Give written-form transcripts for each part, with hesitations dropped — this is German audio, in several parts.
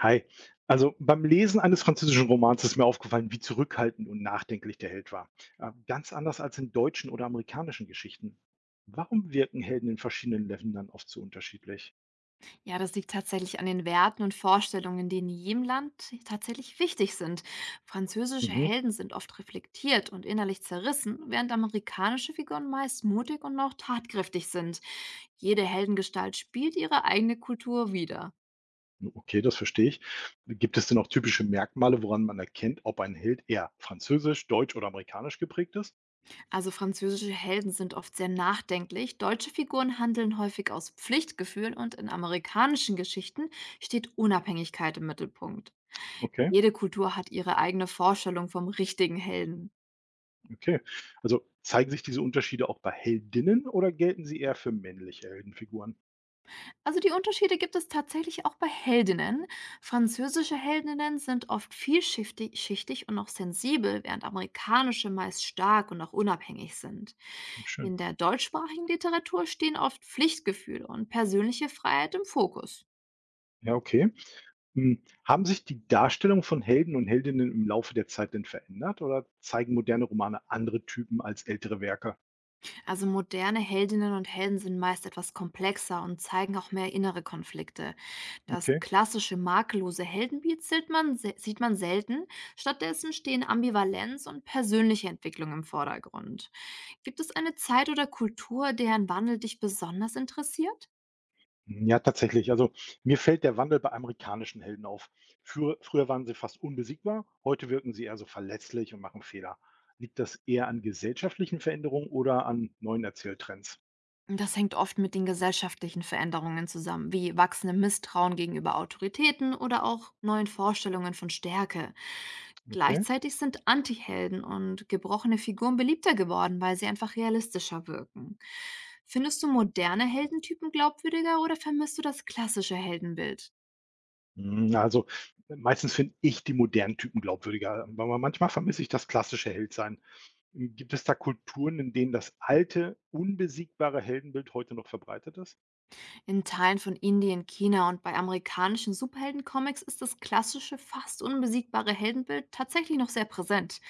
Hi. Also beim Lesen eines französischen Romans ist mir aufgefallen, wie zurückhaltend und nachdenklich der Held war. Ganz anders als in deutschen oder amerikanischen Geschichten. Warum wirken Helden in verschiedenen Ländern oft so unterschiedlich? Ja, das liegt tatsächlich an den Werten und Vorstellungen, die in jedem Land tatsächlich wichtig sind. Französische Mhm. Helden sind oft reflektiert und innerlich zerrissen, während amerikanische Figuren meist mutig und auch tatkräftig sind. Jede Heldengestalt spielt ihre eigene Kultur wider. Okay, das verstehe ich. Gibt es denn auch typische Merkmale, woran man erkennt, ob ein Held eher französisch, deutsch oder amerikanisch geprägt ist? Also französische Helden sind oft sehr nachdenklich, deutsche Figuren handeln häufig aus Pflichtgefühl und in amerikanischen Geschichten steht Unabhängigkeit im Mittelpunkt. Okay, Jede Kultur hat ihre eigene Vorstellung vom richtigen Helden. okay. Also zeigen sich diese Unterschiede auch bei Heldinnen oder gelten sie eher für männliche Heldenfiguren? Also die Unterschiede gibt es tatsächlich auch bei Heldinnen. Französische Heldinnen sind oft vielschichtig schichtig und auch sensibel, während amerikanische meist stark und auch unabhängig sind. Schön. In der deutschsprachigen Literatur stehen oft Pflichtgefühle und persönliche Freiheit im Fokus. Ja, okay. Hm, haben sich die Darstellungen von Helden und Heldinnen im Laufe der Zeit denn verändert oder zeigen moderne Romane andere Typen als ältere Werke? Also moderne Heldinnen und Helden sind meist etwas komplexer und zeigen auch mehr innere Konflikte. Das Okay. klassische makellose Heldenbild sieht sieht man selten. Stattdessen stehen Ambivalenz und persönliche Entwicklung im Vordergrund. Gibt es eine Zeit oder Kultur, deren Wandel dich besonders interessiert? Ja, tatsächlich. Also mir fällt der Wandel bei amerikanischen Helden auf. Früher waren sie fast unbesiegbar, heute wirken sie eher so verletzlich und machen Fehler. Liegt das eher an gesellschaftlichen Veränderungen oder an neuen Erzähltrends? Das hängt oft mit den gesellschaftlichen Veränderungen zusammen, wie wachsendem Misstrauen gegenüber Autoritäten oder auch neuen Vorstellungen von Stärke. Okay. Gleichzeitig sind Antihelden und gebrochene Figuren beliebter geworden, weil sie einfach realistischer wirken. Findest du moderne Heldentypen glaubwürdiger oder vermisst du das klassische Heldenbild? Hm, also, meistens finde ich die modernen Typen glaubwürdiger, aber manchmal vermisse ich das klassische Heldsein. Gibt es da Kulturen, in denen das alte, unbesiegbare Heldenbild heute noch verbreitet ist? In Teilen von Indien, China und bei amerikanischen Superheldencomics ist das klassische, fast unbesiegbare Heldenbild tatsächlich noch sehr präsent.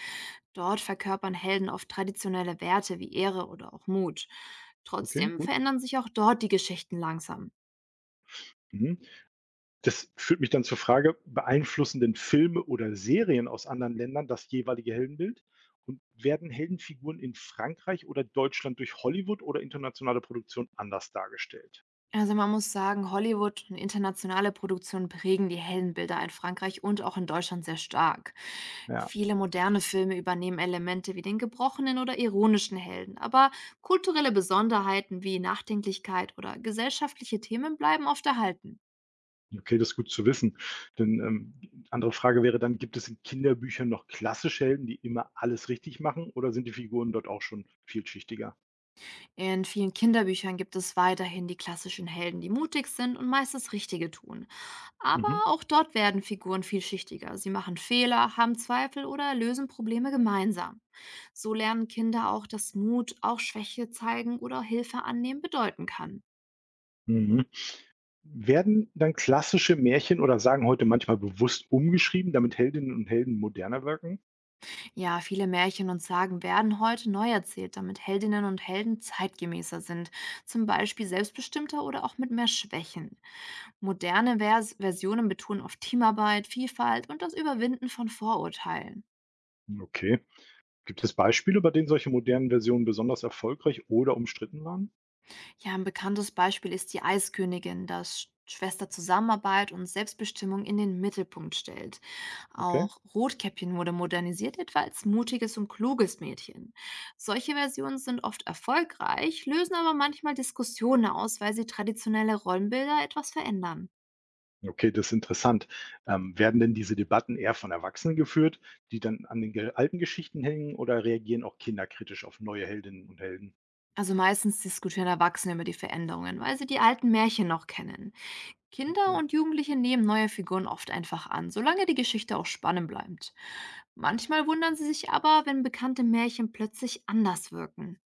Dort verkörpern Helden oft traditionelle Werte wie Ehre oder auch Mut. Okay, Trotzdem gut. verändern sich auch dort die Geschichten langsam. Mhm. Das führt mich dann zur Frage: beeinflussen denn Filme oder Serien aus anderen Ländern das jeweilige Heldenbild? Und werden Heldenfiguren in Frankreich oder Deutschland durch Hollywood oder internationale Produktion anders dargestellt? Also man muss sagen, Hollywood und internationale Produktionen prägen die Heldenbilder in Frankreich und auch in Deutschland sehr stark. Ja. Viele moderne Filme übernehmen Elemente wie den gebrochenen oder ironischen Helden, aber kulturelle Besonderheiten wie Nachdenklichkeit oder gesellschaftliche Themen bleiben oft erhalten. Okay, das ist gut zu wissen. Denn andere Frage wäre dann, gibt es in Kinderbüchern noch klassische Helden, die immer alles richtig machen, oder sind die Figuren dort auch schon vielschichtiger? In vielen Kinderbüchern gibt es weiterhin die klassischen Helden, die mutig sind und meist das Richtige tun. Aber Mhm. auch dort werden Figuren vielschichtiger. Sie machen Fehler, haben Zweifel oder lösen Probleme gemeinsam. So lernen Kinder auch, dass Mut auch Schwäche zeigen oder Hilfe annehmen bedeuten kann. Mhm. Werden dann klassische Märchen oder Sagen heute manchmal bewusst umgeschrieben, damit Heldinnen und Helden moderner wirken? Ja, viele Märchen und Sagen werden heute neu erzählt, damit Heldinnen und Helden zeitgemäßer sind, zum Beispiel selbstbestimmter oder auch mit mehr Schwächen. Moderne Versionen betonen oft Teamarbeit, Vielfalt und das Überwinden von Vorurteilen. Okay. Gibt es Beispiele, bei denen solche modernen Versionen besonders erfolgreich oder umstritten waren? Ja, ein bekanntes Beispiel ist die Eiskönigin, das Schwester Zusammenarbeit und Selbstbestimmung in den Mittelpunkt stellt. Okay. Auch Rotkäppchen wurde modernisiert, etwa als mutiges und kluges Mädchen. Solche Versionen sind oft erfolgreich, lösen aber manchmal Diskussionen aus, weil sie traditionelle Rollenbilder etwas verändern. Okay, das ist interessant. Werden denn diese Debatten eher von Erwachsenen geführt, die dann an den alten Geschichten hängen, oder reagieren auch Kinder kritisch auf neue Heldinnen und Helden? Also meistens diskutieren Erwachsene über die Veränderungen, weil sie die alten Märchen noch kennen. Kinder Okay. und Jugendliche nehmen neue Figuren oft einfach an, solange die Geschichte auch spannend bleibt. Manchmal wundern sie sich aber, wenn bekannte Märchen plötzlich anders wirken.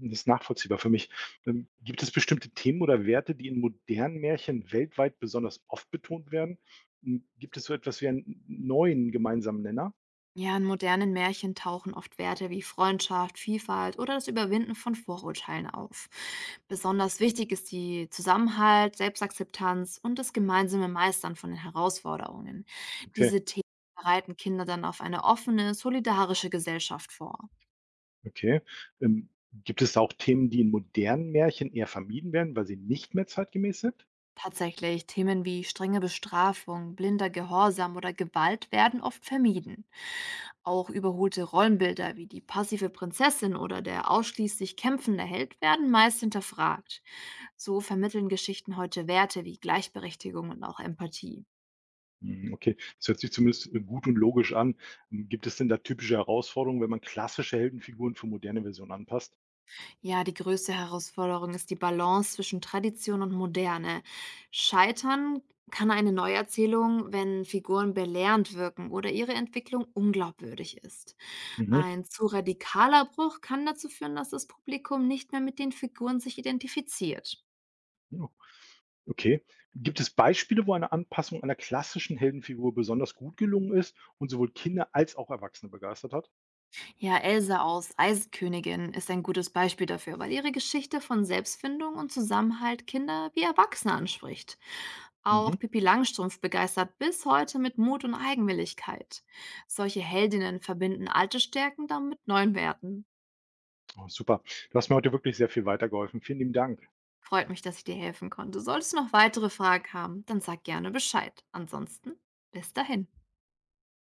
Das ist nachvollziehbar für mich. Gibt es bestimmte Themen oder Werte, die in modernen Märchen weltweit besonders oft betont werden? Gibt es so etwas wie einen neuen gemeinsamen Nenner? Ja, in modernen Märchen tauchen oft Werte wie Freundschaft, Vielfalt oder das Überwinden von Vorurteilen auf. Besonders wichtig ist die Zusammenhalt, Selbstakzeptanz und das gemeinsame Meistern von den Herausforderungen. Okay, Diese Themen bereiten Kinder dann auf eine offene, solidarische Gesellschaft vor. okay. Gibt es auch Themen, die in modernen Märchen eher vermieden werden, weil sie nicht mehr zeitgemäß sind? Tatsächlich, Themen wie strenge Bestrafung, blinder Gehorsam oder Gewalt werden oft vermieden. Auch überholte Rollenbilder wie die passive Prinzessin oder der ausschließlich kämpfende Held werden meist hinterfragt. So vermitteln Geschichten heute Werte wie Gleichberechtigung und auch Empathie. Hm, okay. Das hört sich zumindest gut und logisch an. Hm, gibt es denn da typische Herausforderungen, wenn man klassische Heldenfiguren für moderne Versionen anpasst? Ja, die größte Herausforderung ist die Balance zwischen Tradition und Moderne. Scheitern kann eine Neuerzählung, wenn Figuren belehrend wirken oder ihre Entwicklung unglaubwürdig ist. Mhm. Ein zu radikaler Bruch kann dazu führen, dass das Publikum nicht mehr mit den Figuren sich identifiziert. Ja, okay. Gibt es Beispiele, wo eine Anpassung einer klassischen Heldenfigur besonders gut gelungen ist und sowohl Kinder als auch Erwachsene begeistert hat? Ja, Elsa aus Eisenkönigin ist ein gutes Beispiel dafür, weil ihre Geschichte von Selbstfindung und Zusammenhalt Kinder wie Erwachsene anspricht. Mhm. Auch Pippi Langstrumpf begeistert bis heute mit Mut und Eigenwilligkeit. Solche Heldinnen verbinden alte Stärken dann mit neuen Werten. Oh, super. Du hast mir heute wirklich sehr viel weitergeholfen. Vielen lieben Dank. Freut mich, dass ich dir helfen konnte. Solltest du noch weitere Fragen haben, dann sag gerne Bescheid. Ansonsten, bis dahin.